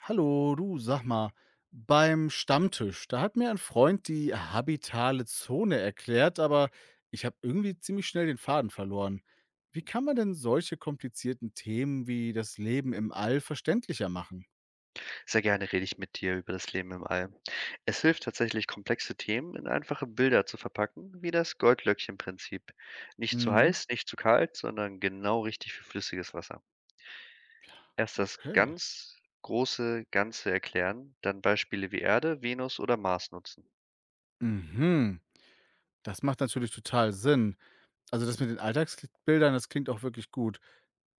Hallo, du, sag mal, beim Stammtisch, da hat mir ein Freund die habitale Zone erklärt, aber ich habe irgendwie ziemlich schnell den Faden verloren. Wie kann man denn solche komplizierten Themen wie das Leben im All verständlicher machen? Sehr gerne rede ich mit dir über das Leben im All. Es hilft tatsächlich, komplexe Themen in einfache Bilder zu verpacken, wie das Goldlöckchen-Prinzip. Nicht zu Mhm. heiß, nicht zu kalt, sondern genau richtig für flüssiges Wasser. Erst das Okay. ganz große Ganze erklären, dann Beispiele wie Erde, Venus oder Mars nutzen. Mhm. Das macht natürlich total Sinn. Also das mit den Alltagsbildern, das klingt auch wirklich gut.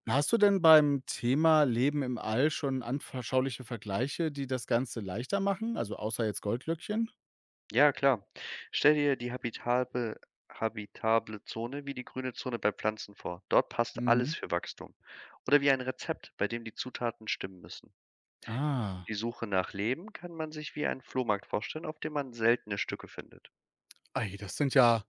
Hast du denn beim Thema Leben im All schon anschauliche Vergleiche, die das Ganze leichter machen? Also außer jetzt Goldlöckchen? Ja, klar. Stell dir die habitable Zone wie die grüne Zone bei Pflanzen vor. Dort passt alles für Wachstum. Oder wie ein Rezept, bei dem die Zutaten stimmen müssen. Ah. Die Suche nach Leben kann man sich wie einen Flohmarkt vorstellen, auf dem man seltene Stücke findet. Ei, das sind ja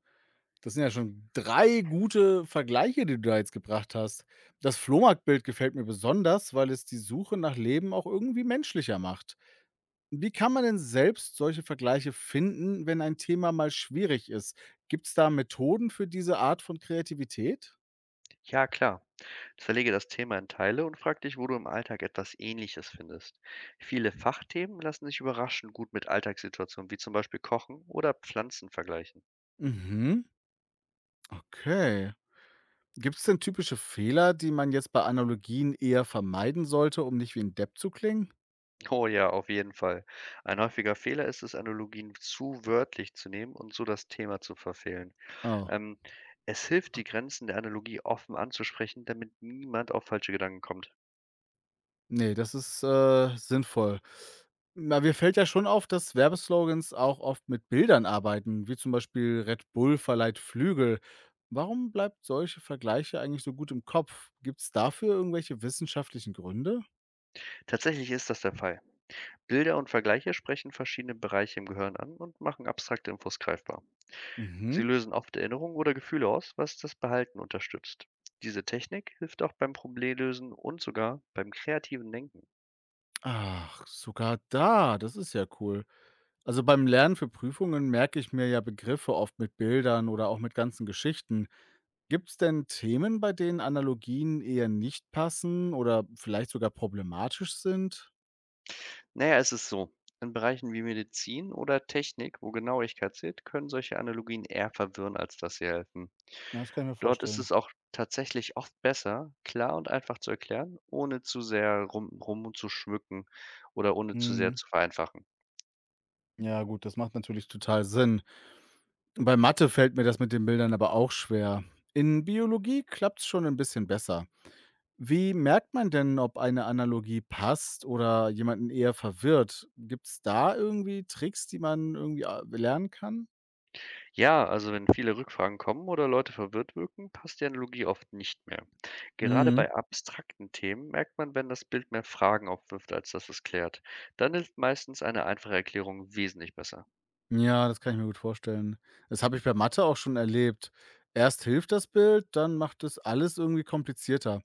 das sind ja schon 3 gute Vergleiche, die du da jetzt gebracht hast. Das Flohmarktbild gefällt mir besonders, weil es die Suche nach Leben auch irgendwie menschlicher macht. Wie kann man denn selbst solche Vergleiche finden, wenn ein Thema mal schwierig ist? Gibt es da Methoden für diese Art von Kreativität? Ja, klar. Zerlege das Thema in Teile und frag dich, wo du im Alltag etwas Ähnliches findest. Viele Fachthemen lassen sich überraschend gut mit Alltagssituationen wie zum Beispiel Kochen oder Pflanzen vergleichen. Mhm, okay. Gibt es denn typische Fehler, die man jetzt bei Analogien eher vermeiden sollte, um nicht wie ein Depp zu klingen? Oh ja, auf jeden Fall. Ein häufiger Fehler ist es, Analogien zu wörtlich zu nehmen und so das Thema zu verfehlen. Oh. Ähm, Es hilft, die Grenzen der Analogie offen anzusprechen, damit niemand auf falsche Gedanken kommt. Ne, das ist, sinnvoll. Na, mir fällt ja schon auf, dass Werbeslogans auch oft mit Bildern arbeiten, wie zum Beispiel „Red Bull verleiht Flügel“. Warum bleibt solche Vergleiche eigentlich so gut im Kopf? Gibt es dafür irgendwelche wissenschaftlichen Gründe? Tatsächlich ist das der Fall. Bilder und Vergleiche sprechen verschiedene Bereiche im Gehirn an und machen abstrakte Infos greifbar. Sie Mhm. lösen oft Erinnerungen oder Gefühle aus, was das Behalten unterstützt. Diese Technik hilft auch beim Problemlösen und sogar beim kreativen Denken. Ach, sogar da, das ist ja cool. Also, beim Lernen für Prüfungen merke ich mir ja Begriffe oft mit Bildern oder auch mit ganzen Geschichten. Gibt es denn Themen, bei denen Analogien eher nicht passen oder vielleicht sogar problematisch sind? Naja, es ist so. In Bereichen wie Medizin oder Technik, wo Genauigkeit zählt, können solche Analogien eher verwirren, als dass sie helfen. Ja, das kann ich mir Dort ist vorstellen. es auch tatsächlich oft besser, klar und einfach zu erklären, ohne zu sehr rumzuschmücken oder ohne zu sehr Mhm. zu vereinfachen. Ja gut, das macht natürlich total Sinn. Bei Mathe fällt mir das mit den Bildern aber auch schwer. In Biologie klappt es schon ein bisschen besser. Wie merkt man denn, ob eine Analogie passt oder jemanden eher verwirrt? Gibt es da irgendwie Tricks, die man irgendwie, lernen kann? Ja, also wenn viele Rückfragen kommen oder Leute verwirrt wirken, passt die Analogie oft nicht mehr. Gerade Mhm. bei abstrakten Themen merkt man, wenn das Bild mehr Fragen aufwirft, als dass es klärt. Dann hilft meistens eine einfache Erklärung wesentlich besser. Ja, das kann ich mir gut vorstellen. Das habe ich bei Mathe auch schon erlebt. Erst hilft das Bild, dann macht es alles irgendwie komplizierter.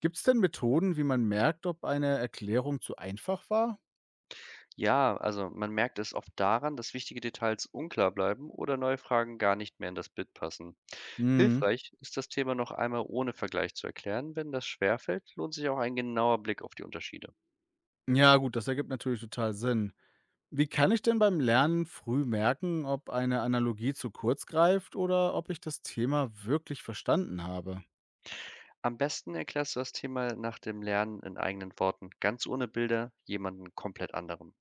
Gibt es denn Methoden, wie man merkt, ob eine Erklärung zu einfach war? Ja, also man merkt es oft daran, dass wichtige Details unklar bleiben oder neue Fragen gar nicht mehr in das Bild passen. Hm. Hilfreich ist das Thema noch einmal ohne Vergleich zu erklären. Wenn das schwerfällt, lohnt sich auch ein genauer Blick auf die Unterschiede. Ja, gut, das ergibt natürlich total Sinn. Wie kann ich denn beim Lernen früh merken, ob eine Analogie zu kurz greift oder ob ich das Thema wirklich verstanden habe? Am besten erklärst du das Thema nach dem Lernen in eigenen Worten, ganz ohne Bilder, jemanden komplett anderem.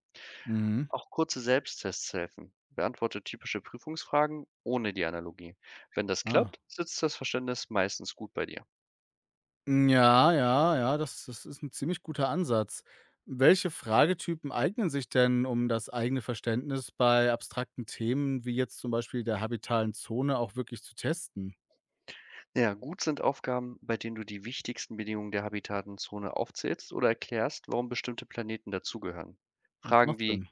Mhm. Auch kurze Selbsttests helfen. Beantworte typische Prüfungsfragen ohne die Analogie. Wenn das Ah. klappt, sitzt das Verständnis meistens gut bei dir. Hm, ja, ja, ja, das ist ein ziemlich guter Ansatz. Welche Fragetypen eignen sich denn, um das eigene Verständnis bei abstrakten Themen wie jetzt zum Beispiel der habitalen Zone auch wirklich zu testen? Ja, gut sind Aufgaben, bei denen du die wichtigsten Bedingungen der Habitatenzone aufzählst oder erklärst, warum bestimmte Planeten dazugehören. Das Fragen macht wie, Sinn.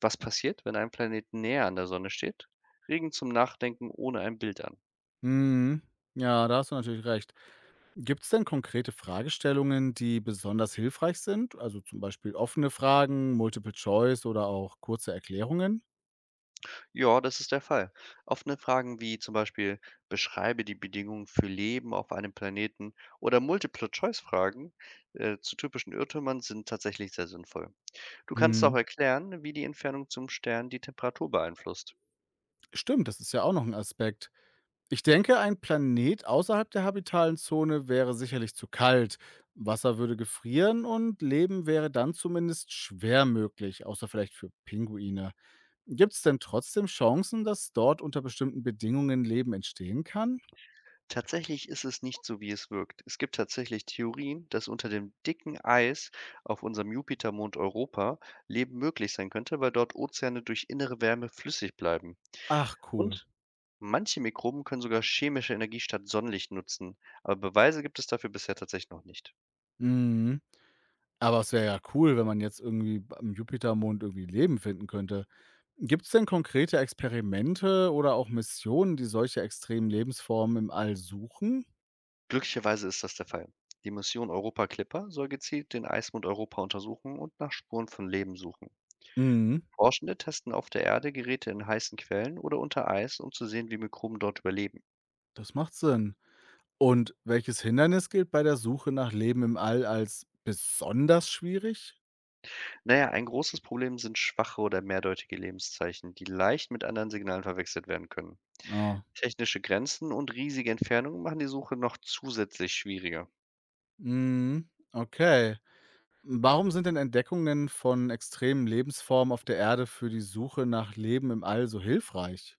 was passiert, wenn ein Planet näher an der Sonne steht, regen zum Nachdenken ohne ein Bild an. Mhm. Ja, da hast du natürlich recht. Gibt es denn konkrete Fragestellungen, die besonders hilfreich sind? Also, zum Beispiel offene Fragen, Multiple Choice oder auch kurze Erklärungen? Ja, das ist der Fall. Offene Fragen wie zum Beispiel beschreibe die Bedingungen für Leben auf einem Planeten oder Multiple-Choice-Fragen zu typischen Irrtümern sind tatsächlich sehr sinnvoll. Du kannst auch Mhm. erklären, wie die Entfernung zum Stern die Temperatur beeinflusst. Stimmt, das ist ja auch noch ein Aspekt. Ich denke, ein Planet außerhalb der habitalen Zone wäre sicherlich zu kalt. Wasser würde gefrieren und Leben wäre dann zumindest schwer möglich, außer vielleicht für Pinguine. Gibt es denn trotzdem Chancen, dass dort unter bestimmten Bedingungen Leben entstehen kann? Tatsächlich ist es nicht so, wie es wirkt. Es gibt tatsächlich Theorien, dass unter dem dicken Eis auf unserem Jupitermond Europa Leben möglich sein könnte, weil dort Ozeane durch innere Wärme flüssig bleiben. Ach, cool. Und manche Mikroben können sogar chemische Energie statt Sonnenlicht nutzen, aber Beweise gibt es dafür bisher tatsächlich noch nicht. Mhm. Aber es wäre ja cool, wenn man jetzt irgendwie am Jupitermond irgendwie Leben finden könnte. Gibt es denn konkrete Experimente oder auch Missionen, die solche extremen Lebensformen im All suchen? Glücklicherweise ist das der Fall. Die Mission Europa Clipper soll gezielt den Eismond Europa untersuchen und nach Spuren von Leben suchen. Mhm. Forschende testen auf der Erde Geräte in heißen Quellen oder unter Eis, um zu sehen, wie Mikroben dort überleben. Das macht Sinn. Und welches Hindernis gilt bei der Suche nach Leben im All als besonders schwierig? Naja, ein großes Problem sind schwache oder mehrdeutige Lebenszeichen, die leicht mit anderen Signalen verwechselt werden können. Ah, Technische Grenzen und riesige Entfernungen machen die Suche noch zusätzlich schwieriger. mhm, okay. Warum sind denn Entdeckungen von extremen Lebensformen auf der Erde für die Suche nach Leben im All so hilfreich?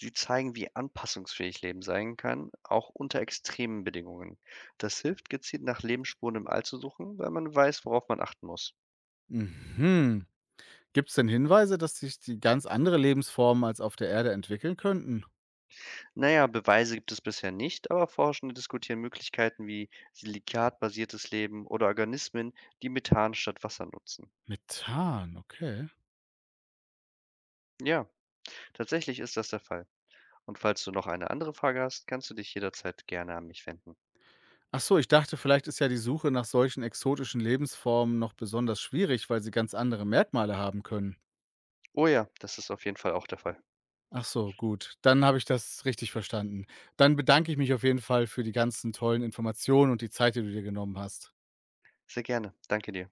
Sie zeigen, wie anpassungsfähig Leben sein kann, auch unter extremen Bedingungen. Das hilft, gezielt nach Lebensspuren im All zu suchen, weil man weiß, worauf man achten muss. Mhm. Gibt es denn Hinweise, dass sich die ganz andere Lebensformen als auf der Erde entwickeln könnten? Naja, Beweise gibt es bisher nicht, aber Forschende diskutieren Möglichkeiten wie silikatbasiertes Leben oder Organismen, die Methan statt Wasser nutzen. Methan, okay. Ja, tatsächlich ist das der Fall. Und falls du noch eine andere Frage hast, kannst du dich jederzeit gerne an mich wenden. Ach so, ich dachte, vielleicht ist ja die Suche nach solchen exotischen Lebensformen noch besonders schwierig, weil sie ganz andere Merkmale haben können. Oh ja, das ist auf jeden Fall auch der Fall. Ach so, gut. Dann habe ich das richtig verstanden. Dann bedanke ich mich auf jeden Fall für die ganzen tollen Informationen und die Zeit, die du dir genommen hast. Sehr gerne. Danke dir.